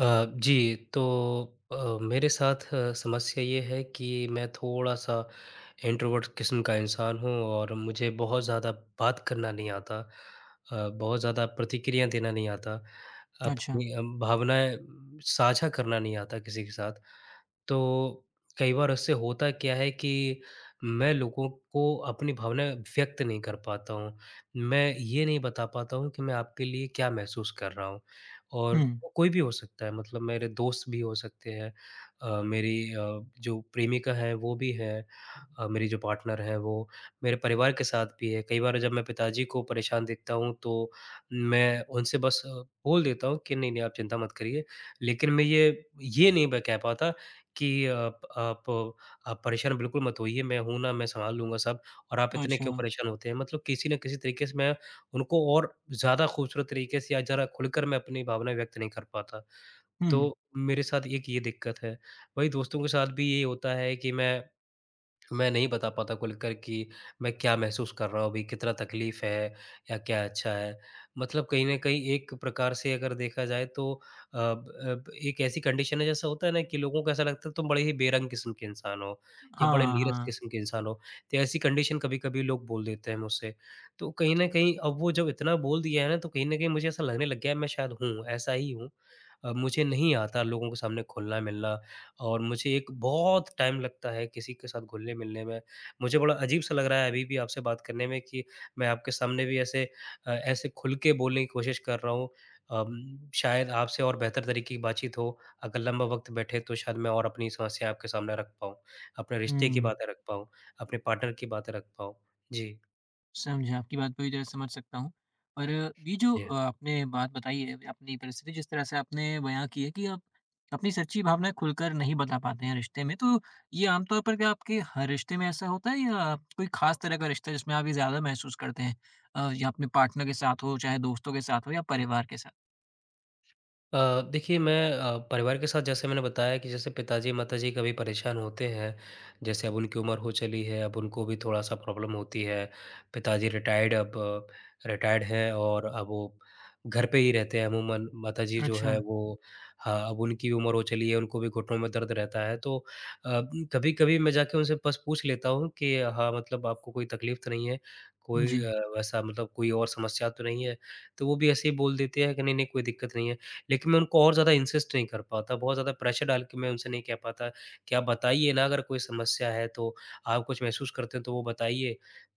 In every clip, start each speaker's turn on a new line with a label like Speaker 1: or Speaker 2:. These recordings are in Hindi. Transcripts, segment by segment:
Speaker 1: जी, तो मेरे साथ समस्या ये है कि मैं थोड़ा-सा इंट्रोवर्ट किस्म का इंसान हूँ और मुझे बहुत ज़्यादा बात करना नहीं आता। बहुत ज़्यादा प्रतिक्रिया देना नहीं आता।
Speaker 2: अच्छा।
Speaker 1: अपनी भावनाएँ साझा करना नहीं आता किसी के साथ। तो कई बार उससे होता क्या है कि मैं लोगों को अपनी भावनाएँ व्यक्त नहीं कर पाता हूँ। मैं ये नहीं बता पाता हूँ कि मैं आपके लिए क्या महसूस कर रहा हूँ और
Speaker 2: हुँ,
Speaker 1: वो कोई भी हो सकता है मतलब मेरे दोस्त भी हो सकते हैं मेरी जो प्रेमिका है वो भी है मेरी जो पार्टनर है वो मेरे परिवार के साथ भी है। कई बार जब मैं पिताजी को परेशान देखता हूँ तो मैं उनसे बस बोल देता हूँ कि नहीं, नहीं आप चिंता मत करिए। लेकिन मैं ये नहीं मैं कह पाता कि आप आप परेशान बिल्कुल मत होइए, मैं हूँ ना, मैं सँभाल लूँगा सब और आप इतने
Speaker 2: अच्छा।
Speaker 1: क्यों परेशान होते हैं? मतलब किसी न किसी तरीके से मैं उनको और ज़्यादा खूबसूरत तरीके से या ज़रा खुलकर मैं अपनी भावनाएँ व्यक्त नहीं कर पाता।
Speaker 2: हुँ,
Speaker 1: तो मेरे साथ एक ये दिक्कत है। वहीं दोस्तों के साथ भी यही होता है कि मैं नहीं बता पाता खुल कर कि मैं क्या महसूस कर रहा हूँ अभी, कितना तकलीफ़ है या क्या अच्छा है। मतलब कहीं न कहीं एक प्रकार से अगर देखा जाए तो अब एक ऐसी कंडीशन है जैसा होता है ना कि लोगों को ऐसा लगता है तुम बड़े ही बेरंग किस्म के इंसान हो या
Speaker 2: हाँ,
Speaker 1: बड़े
Speaker 2: हाँ।
Speaker 1: नीरस
Speaker 2: हाँ।
Speaker 1: किस्म के इंसान हो। तो ऐसी कंडीशन कभी-कभी लोग बोल देते हैं मुझसे। तो कहीं न कहीं अब वो जब इतना बोल दिया है ना तो कहीं न कहीं मुझे ऐसा लगने लग गया है मैं शायद हूँ, ऐसा ही हूँ। मुझे नहीं आता लोगों के सामने खुलना-मिलना और मुझे एक बहुत टाइम लगता है किसी के साथ घुलने-मिलने में। मुझे बड़ा अजीब-सा लग रहा है अभी भी आपसे बात करने में कि मैं आपके सामने भी ऐसे ऐसे खुल के बोलने की कोशिश कर रहा हूँ। शायद आपसे और बेहतर तरीके की बातचीत हो। अगर लंबा वक़्त बैठे तो शायद मैं और अपनी समस्या आपके सामने रख पाऊँ, अपने रिश्ते की
Speaker 2: हुँ,
Speaker 1: बातें रख पाऊँ, अपने पार्टनर की बातें रख पाऊँ। जी।
Speaker 2: समझा, आपकी बात पूरी तरह समझ सकता हूँ। पर ये जो
Speaker 1: जी।
Speaker 2: आपने बात बताई है, अपनी परिस्थिति जिस तरह से आपने बयाँ की है कि आप अपनी सच्ची भावनाएँ खुलकर नहीं बता पाते हैं रिश्ते में, तो ये आमतौर पर क्या आपके हर रिश्ते में ऐसा होता है या कोई ख़ास तरह का रिश्ता है जिसमें आप ये ज़्यादा महसूस करते हैं? या अपने पार्टनर के साथ हो, चाहे दोस्तों के साथ हो या परिवार के साथ?
Speaker 1: देखिए मैं परिवार के साथ जैसे मैंने बताया कि जैसे पिताजी माताजी कभी परेशान होते हैं, जैसे अब उनकी उम्र हो चली है, अब उनको भी थोड़ा-सा प्रॉब्लम होती है। पिताजी रिटायर्ड अब रिटायर्ड हैं और अब वो घर पे ही रहते हैं अमूमन। माताजी जो
Speaker 2: अच्छा,
Speaker 1: है वो हाँ, अब उनकी भी उम्र हो चली है, उनको भी घुटनों में दर्द रहता है। तो अ, कभी-कभी मैं जाके उनसे बस पूछ लेता हूँ कि हाँ, मतलब आपको कोई तकलीफ़ तो नहीं है? कोई
Speaker 2: जी।
Speaker 1: वैसा मतलब कोई और समस्या तो नहीं है? तो वो भी ऐसे ही बोल देते हैं कि नहीं, नहीं कोई दिक्कत नहीं है। लेकिन मैं उनको और ज़्यादा इंसिस्ट नहीं कर पाता, बहुत ज़्यादा प्रेशर डाल के मैं उनसे नहीं कह पाता कि आप बताइए ना अगर कोई समस्या है तो, आप कुछ महसूस करते हैं तो वो बताइए।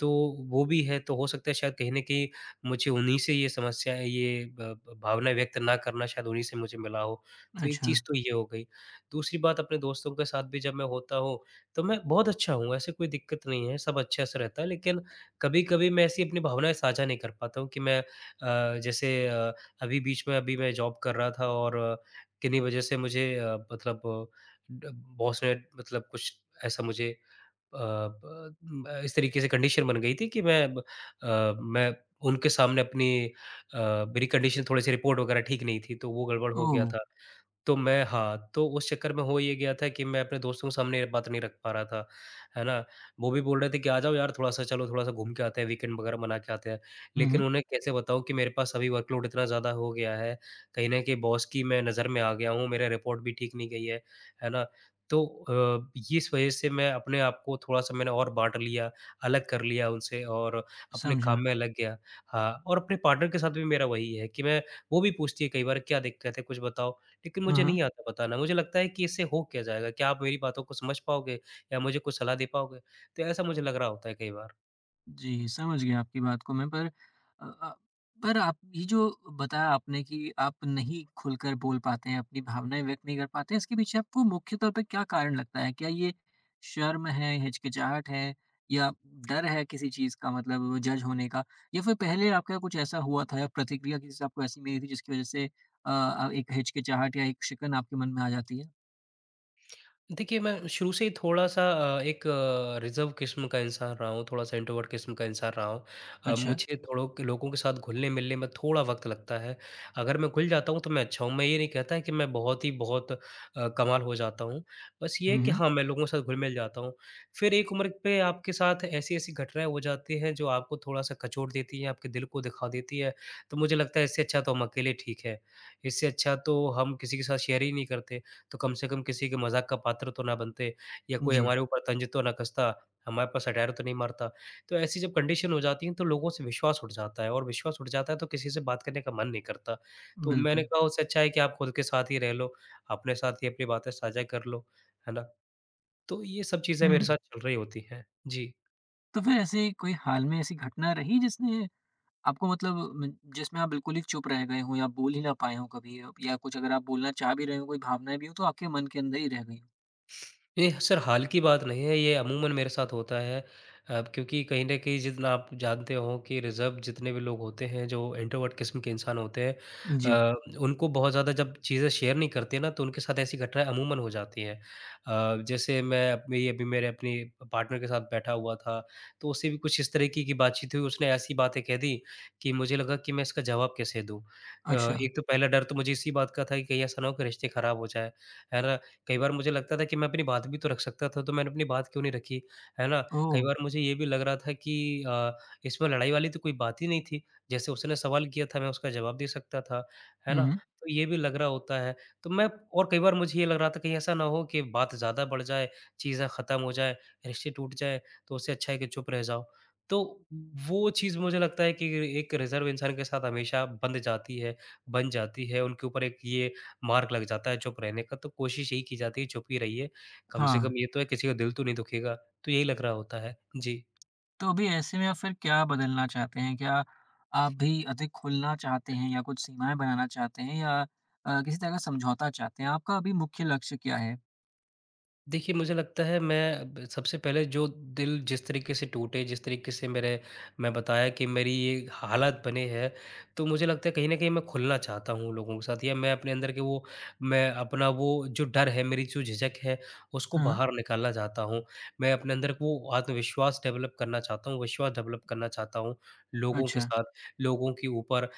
Speaker 1: तो वो भी है, तो हो सकता है शायद कहीं न कहीं मुझे उन्हीं से ये समस्या है, ये ब ब भावना व्यक्त ना करना शायद उन्हीं से मुझे मिला हो। तो एक
Speaker 2: अच्छा।
Speaker 1: चीज़ तो ये हो गई। दूसरी बात अपने दोस्तों के साथ भी जब मैं होता हूँ, तो मैं बहुत अच्छा हूँ, ऐसे कोई दिक्कत नहीं है, सब अच्छे से रहता है लेकिन कभी-कभी मैं ऐसी अपनी भावनाएँ साझा नहीं कर पाता हूँ कि मैं जैसे अभी बीच में अभी मैं जॉब कर रहा था और किन्हीं वजह से मुझे मतलब ड बॉस ने मतलब कुछ ऐसा मुझे ब म इस तरीके से कंडीशन बन गई थी कि मैं ब मैं उनके सामने अपनी अ, मेरी कंडीशन थोड़ी-सी रिपोर्ट वगैरह ठीक नहीं थी, तो वो गड़बड़ हो
Speaker 2: ओह!
Speaker 1: गया था। तो मैं हाँ, तो उस चक्कर में हो ये गया था कि मैं अपने दोस्तों के सामने ये बात नहीं रख पा रहा था, है ना? वो भी बोल रहे थे कि आ जाओ यार थोड़ा-सा चलो थोड़ा-सा घूम के आते हैं, वीकेंड वगैरह मना के आते हैं।
Speaker 2: हुँ,
Speaker 1: लेकिन
Speaker 2: हुँ,
Speaker 1: उन्हें कैसे बताऊँ कि मेरे पास अभी वर्कलोड इतना ज़्यादा हो गया है, कहीं न कहीं बॉस की मैं नज़र में आ गया हूँ, मेरा रिपोर्ट भी ठीक नहीं गई है ना? तो इस वजह से मैं अपने आप को थोड़ा-सा मैंने और बाँट लिया, अलग कर लिया उनसे और अपने काम
Speaker 2: समझा।
Speaker 1: में अलग गया। हाँ, और अपने पार्टनर के साथ भी मेरा वही है कि मैं वो भी पूछती है कई बार क्या दिक्कत है कुछ बताओ? लेकिन
Speaker 2: हाँ,
Speaker 1: मुझे
Speaker 2: हाँ।
Speaker 1: नहीं आता बताना। मुझे लगता है कि इससे हो क्या जाएगा? क्या आप मेरी बातों को समझ पाओगे या मुझे कुछ सलाह दे पाओगे? तो ऐसा मुझे लग रहा होता है कई बार।
Speaker 2: जी, समझ गया आपकी बात को मैं पर आप ये जो बताया आपने कि आप नहीं खुलकर बोल पाते हैं, अपनी भावनाएँ व्यक्त नहीं कर पाते हैं, इसके पीछे आपको मुख्य तौर पे क्या कारण लगता है? क्या ये शर्म है, हिचकिचाहट है या डर है किसी चीज़ का मतलब जज होने का? या फिर पहले आपका कुछ ऐसा हुआ था या प्रतिक्रिया किसी से आपको ऐसी मिली थी जिसकी वज़ह से एक हिचकिचाहट या एक शिकन आपके मन में आ जाती है?
Speaker 1: देखिए, मैं शुरू से ही थोड़ा-सा एक रिज़र्व किस्म का इंसान रहा हूँ, थोड़ा-सा इंट्रोवर्ट किस्म का इंसान रहा हूँ।
Speaker 2: अच्छा।
Speaker 1: मुझे थोड़ों के लोगों के साथ घुलने-मिलने में थोड़ा वक़्त लगता है। अगर मैं घुल जाता हूँ, तो मैं अच्छा हूँ। मैं ये नहीं कहता है कि मैं बहुत ही बहुत कमाल हो जाता हूँ। बस ये है
Speaker 2: हुँ,
Speaker 1: कि
Speaker 2: हुँ।
Speaker 1: हाँ, मैं लोगों के साथ घुल-मिल जाता हूँ। फिर एक उम्र पे आपके साथ ऐसी-ऐसी घटनाएँ हो जाती हैं, जो आपको थोड़ा-सा कचोट देती हैं, आपके दिल को दिखा देती है। तो मुझे लगता है इससे अच्छा तो हम अकेले ठीक है। इससे अच्छा तो हम किसी के साथ शेयर ही नहीं करते। तो कम से कम किसी के मज़ाक का पात्र तो ना बनते या कोई
Speaker 2: जी,
Speaker 1: हमारे ऊपर तंज तो ना कसता, हमारे पर सटैर तो नहीं मारता। तो ऐसी जब कंडीशन हो जाती है तो लोगों से विश्वास उठ जाता है और विश्वास उठ जाता है तो किसी से बात करने का मन नहीं करता। तो मैंने
Speaker 2: बिल्कुल।
Speaker 1: कहा उससे अच्छा है कि आप खुद के साथ ही रह लो, अपने साथ ही अपनी बातें साझा कर लो, है ना? तो ये सब चीज़ें
Speaker 2: हुँ,
Speaker 1: मेरे साथ चल रही होती हैं। जी।
Speaker 2: तो फिर ऐसे कोई हाल में ऐसी घटना रही जिसने आपको मतलब म जिसमें आप बिल्कुल ही चुप रह गए हों या बोल ही ना पाए हों कभी या कुछ अगर आप बोलना चाह भी रहे हों, कोई भावनाएँ भी हों, तो आपके मन के अंदर ही रह गई हों?
Speaker 1: ये सर हाल की बात नहीं है, ये अमूमन मेरे साथ होता है। क्योंकि कहीं न कहीं जितना आप जानते हो कि रिज़र्व जितने भी लोग होते हैं, जो इंट्रोवर्ट किस्म के इंसान होते हैं
Speaker 2: जी।
Speaker 1: अ, उनको बहुत ज़्यादा जब चीज़ें शेयर नहीं करते ना, तो उनके साथ ऐसी घटनाएँ अमूमन हो जाती हैं। जैसे मैं अपनी अभी मेरे अपनी पार्टनर के साथ बैठा हुआ था, तो उससे भी कुछ इस तरीके की बातचीत हुई, उसने ऐसी बातें कह दी कि मुझे लगा कि मैं इसका जवाब कैसे दूँ।
Speaker 2: अच्छा।
Speaker 1: एक तो पहला डर तो मुझे इसी बात का था कि कहीं ऐसा ना हो कि रिश्ते खराब हो जाएँ, है ना? कई बार मुझे लगता था कि मैं अपनी बात भी तो रख सकता था, तो मैंने अपनी बात क्यों नहीं रखी, है ना? कई
Speaker 2: ओह!
Speaker 1: बार मुझे ये भी लग रहा था कि अ, इसमें लड़ाई वाली तो कोई बात ही नहीं थी। जैसे उसने सवाल किया था, मैं उसका जवाब दे सकता था, है
Speaker 2: हुँ,
Speaker 1: ना?
Speaker 2: हुँ।
Speaker 1: तो ये भी लग रहा होता है। तो मैं और कई बार मुझे ये लग रहा था कहीं ऐसा ना हो कि बात ज़्यादा बढ़ जाए, चीज़ें ख़त्म हो जाए, रिश्ते टूट जाए, तो उससे अच्छा है कि चुप रह जाओ। तो वो चीज़ मुझे लगता है कि एक रिज़र्व इंसान के साथ हमेशा बंध जाती है बन जाती है, उनके ऊपर एक ये मार्क लग जाता है चुप रहने का, तो कोशिश यही की जाती है चुप ही रहिए, कम से
Speaker 2: हाँ।
Speaker 1: कम ये तो है किसी का दिल तो नहीं दुखेगा, तो यही लग रहा होता है। जी।
Speaker 2: तो अभी ऐसे में आप फिर क्या बदलना चाहते हैं? क्या आप भी अधिक खुलना चाहते हैं या कुछ सीमाएँ बनाना चाहते हैं या किसी तरह का समझौता चाहते हैं? आपका अभी मुख्य लक्ष्य क्या है?
Speaker 1: देखिए, मुझे लगता है मैं ब सबसे पहले जो दिल जिस तरीके से टूटे, जिस तरीके से मेरे मैं बताया कि मेरी ये हालत बने हैं, तो मुझे लगता है कहीं न कहीं मैं खुलना चाहता हूँ लोगों के साथ या मैं अपने अंदर के वो मैं अपना वो जो डर है, मेरी जो झिझक है, उसको
Speaker 2: हाँ, हाँ।
Speaker 1: बाहर निकालना चाहता हूँ। मैं अपने अंदर को वो आत्मविश्वास डेवलप करना चाहता हूँ, विश्वास डेवलप करना चाहता हूँ लोगों के
Speaker 2: अच्छा।
Speaker 1: साथ, लोगों के ऊपर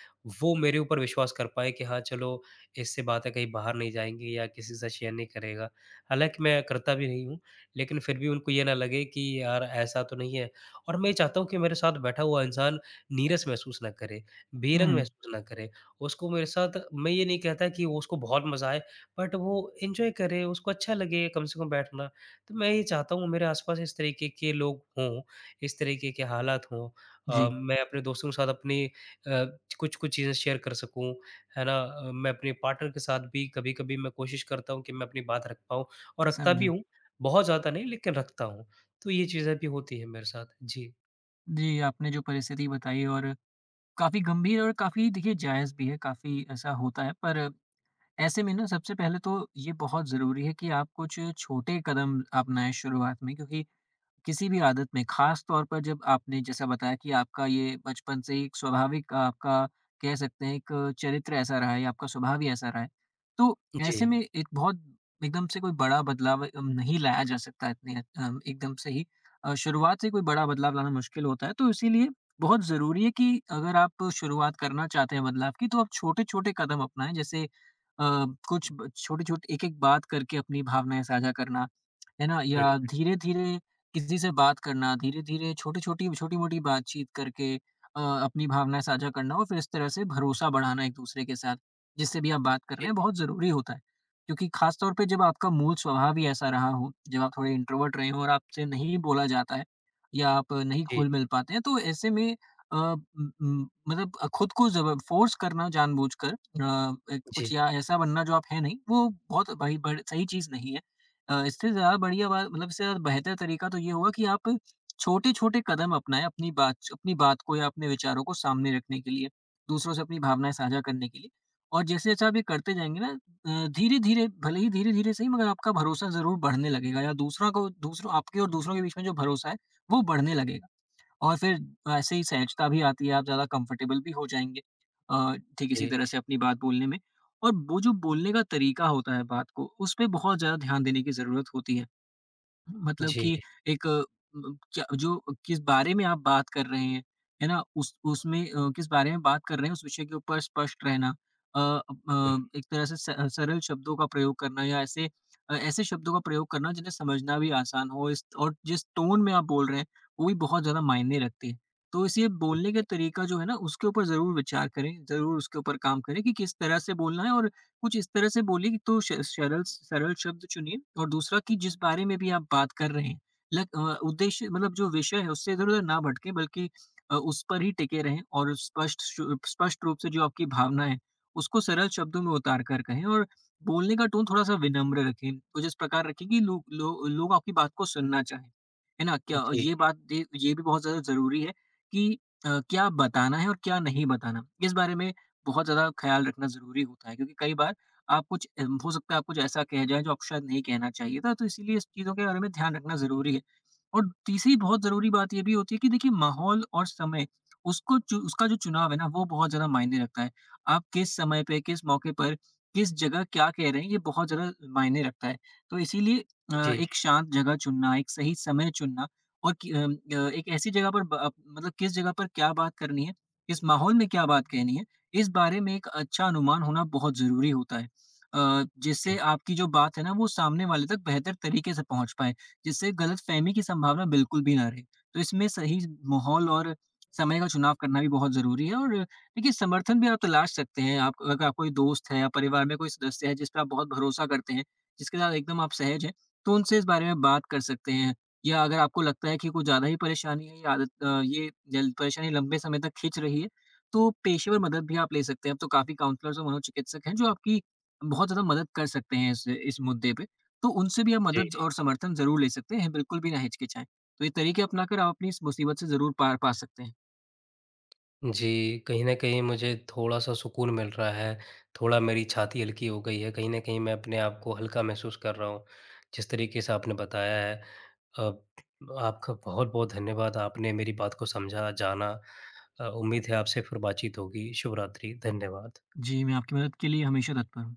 Speaker 1: वो मेरे ऊपर विश्वास कर पाएँ कि हाँ, चलो इससे बातें कहीं बाहर नहीं जाएँगी या किसी से शेयर नहीं करेगा। हालाँकि मैं करता भी नहीं हूँ, लेकिन फिर भी उनको ये ना लगे कि यार ऐसा तो नहीं है और मैं ये चाहता हूँ कि मेरे साथ बैठा हुआ इंसान नीरस महसूस ना करे, बेरंग
Speaker 2: हुँ।
Speaker 1: महसूस ना करे। उसको मेरे साथ मैं ये नहीं कहता कि वो उसको बहुत मज़ा आए, बट वो एन्जॉय करे, उसको अच्छा लगे कम से कम बैठना। तो मैं ये चाहता हूँ मेरे आस-पास इस तरीके के लोग हों, इस तरीके के हालात हों।
Speaker 2: जी,
Speaker 1: मैं अपने दोस्तों के साथ अपनी कुछ-कुछ चीज़ें शेयर कर सकूँ, है ना? मैं अपने पार्टनर के साथ भी कभी-कभी मैं कोशिश करता हूँ कि मैं अपनी बात रख पाऊँ। और रखता भी
Speaker 2: समझा।
Speaker 1: हूँ, बहुत ज़्यादा नहीं लेकिन रखता हूँ। तो ये चीज़ें भी होती हैं मेरे साथ। जी।
Speaker 2: जी, आपने जो परिस्थिति बताई और काफ़ी गंभीर और काफ़ी देखिए जायज़ भी है, काफ़ी ऐसा होता है पर ऐसे में ना सबसे पहले तो ये बहुत ज़रूरी है कि आप कुछ छोटे कदम अपनाएँ शुरुआत में क्योंकि किसी भी आदत में खास तौर पर जब आपने जैसा बताया कि आपका ये बचपन से ही एक स्वाभाविक आपका कह सकते हैं एक चरित्र ऐसा रहा है या आपका स्वभाव ही ऐसा रहा है। तो
Speaker 1: जी।
Speaker 2: ऐसे में एक बहुत एकदम से कोई बड़ा बदलाव नहीं लाया जा सकता इतने एकदम से ही शुरुआत से कोई बड़ा बदलाव लाना मुश्किल होता है। तो इसीलिए बहुत ज़रूरी है कि अगर आप शुरुआत करना चाहते हैं बदलाव की तो आप छोटे-छोटे कदम अपनाएँ जैसे कुछ ब छोटी-छोटी एक-एक बात करके अपनी भावनाएँ साझा करना है ना?
Speaker 1: हुँ।
Speaker 2: या धीरे-धीरे किसी से बात करना, धीरे-धीरे छोटी-छोटी छोटी-मोटी बातचीत करके अपनी भावनाएँ साझा करना और फिर इस तरह से भरोसा बढ़ाना एक-दूसरे के साथ, जिससे भी आप बात कर रहे
Speaker 1: जी,
Speaker 2: हैं, बहुत ज़रूरी होता है। क्योंकि ख़ास तौर पे जब आपका मूल स्वभाव ही ऐसा रहा हो, जब आप थोड़े इंट्रोवर्ट रहे हों और आपसे नहीं बोला जाता है या आप नहीं
Speaker 1: जी,
Speaker 2: घुल-मिल पाते हैं, तो ऐसे में मतलब खुद को ज़ब फ़ोर्स करना जानबूझकर एक
Speaker 1: जी,
Speaker 2: कुछ या ऐसा बनना जो आप हैं नहीं, वो बहुत भाई बड़ सही चीज़ नहीं है। इससे ज़्यादा बढ़िया बात मतलब इससे ज़्यादा बेहतर तरीका तो ये होगा कि आप छोटे-छोटे कदम अपनाएँ अपनी बात को या अपने विचारों को सामने रखने के लिए, दूसरों से अपनी भावनाएँ साझा करने के लिए। और जैसे-जैसे आप ये करते जाएँगे ना धीरे-धीरे भले ही धीरे-धीरे सही मगर आपका भरोसा ज़रूर बढ़ने लगेगा या दूसरा को दूसरों आपके और दूसरों के बीच में जो भरोसा है, वो बढ़ने लगेगा। और फिर ऐसे ही सहजता भी आती है, आप ज़्यादा कंफर्टेबल भी हो जाएँगे ठीक
Speaker 1: जी,
Speaker 2: इसी
Speaker 1: जी,
Speaker 2: तरह से अपनी बात बोलने में। और वो जो बोलने का तरीका होता है बात को, उसपे बहुत ज़्यादा ध्यान देने की ज़रूरत होती है। मतलब कि एक अ, म क्या जो किस बारे में आप बात कर रहे हैं, है ना? उस उसमें किस बारे में बात कर रहे हैं, उस विषय के ऊपर स्पष्ट रहना। अ अ, एक तरह से सरल शब्दों का प्रयोग करना या ऐसे शब्दों का प्रयोग करना जिन्हें समझना भी आसान हो इस और जिस टोन में आप बोल रहे हैं, वो भी बहुत ज़्यादा मायने रखती है। तो इसलिए
Speaker 1: हुँ,
Speaker 2: बोलने
Speaker 1: जी,
Speaker 2: का तरीका जो है ना, उसके ऊपर ज़रूर विचार करें, ज़रूर उसके ऊपर काम करें कि किस तरह से बोलना है और कुछ इस तरह से बोलिए कि तो श सरल सरल शब्द चुनिए और दूसरा कि जिस बारे में भी आप बात कर रहे हैं, उद्देश्य मतलब जो विषय है उससे इधर-उधर ना भटकें बल्कि उस पर ही टिके रहें और स्पष्ट रूप से जो आपकी भावना है, उसको सरल शब्दों में उतार कर कहें और बोलने का टोन थोड़ा-सा विनम्र रखें, कुछ इस प्रकार रखें कि लोग आपकी बात को सुनना चाहें। है ना? क्या
Speaker 1: जी,
Speaker 2: ये बात ये भी बहुत ज़्यादा ज़रूरी है कि क्या बताना है और क्या नहीं बताना। इस बारे में बहुत ज़्यादा ख़्याल रखना ज़रूरी होता है क्योंकि कई बार आप कुछ हो सकता है आप कुछ ऐसा कह जाएँ जो आपको शायद नहीं कहना चाहिए था, तो इसीलिए इस चीज़ों के बारे में ध्यान रखना ज़रूरी है। और तीसरी बहुत ज़रूरी बात ये भी होती है कि देखिए माहौल और समय उसको चु उसका जो चुनाव है ना वो बहुत ज़्यादा मायने रखता है। आप किस समय पे, किस मौके पर, किस जगह क्या कह रहे हैं ये बहुत ज़्यादा मायने रखता है। तो इसीलिए
Speaker 1: जी,
Speaker 2: एक शांत जगह चुनना, एक सही समय चुनना और कि एक ऐसी जगह पर मतलब किस जगह पर क्या बात करनी है, किस माहौल में क्या बात कहनी है इस बारे में एक अच्छा अनुमान होना बहुत ज़रूरी होता है
Speaker 1: जी,
Speaker 2: जिससे आपकी जो बात है ना वो सामने वाले तक बेहतर तरीके से पहुँच पाए, जिससे गलतफ़हमी की संभावना बिल्कुल भी ना रहे। तो इसमें सही माहौल और समय का चुनाव करना भी बहुत ज़रूरी है और देखिए समर्थन भी आप तलाश सकते हैं। आप अगर आप कोई दोस्त है या परिवार में कोई सदस्य है जिस पे आप बहुत भरोसा करते हैं, जिसके साथ एकदम आप सहज हैं, तो उनसे इस बारे में बात कर सकते हैं। या अगर आपको लगता है कि कुछ ज़्यादा ही परेशानी है, ये आदत ये जल परेशानी लंबे समय तक खींच रही है, तो पेशेवर मदद भी आप ले सकते हैं। अब तो काफ़ी काउंसलर्स और मनोचिकित्सक हैं, जो आपकी बहुत ज़्यादा मदद कर सकते हैं इस मुद्दे पे। तो उनसे भी आप मदद
Speaker 1: जी,
Speaker 2: जी। और समर्थन ज़रूर ले सकते हैं, बिल्कुल भी ना हिचकिचाएँ। तो ये तरीके अपनाकर आप अपनी इस मुसीबत से ज़रूर पार पा सकते हैं।
Speaker 1: जी। कहीं न कहीं मुझे थोड़ा-सा सुकून मिल रहा है, थोड़ा मेरी छाती हल्की हो गई है, कहीं न कहीं मैं अपने आप को हल्का महसूस कर रहा हूँ, जिस तरीके से आपने बताया है। अब आपका बहुत-बहुत धन्यवाद, आपने मेरी बात को समझा, जाना। उम्मीद है आपसे फिर बातचीत होगी। शुभ रात्रि, धन्यवाद।
Speaker 2: जी, मैं आपकी मदद के लिए हमेशा तत्पर हूँ।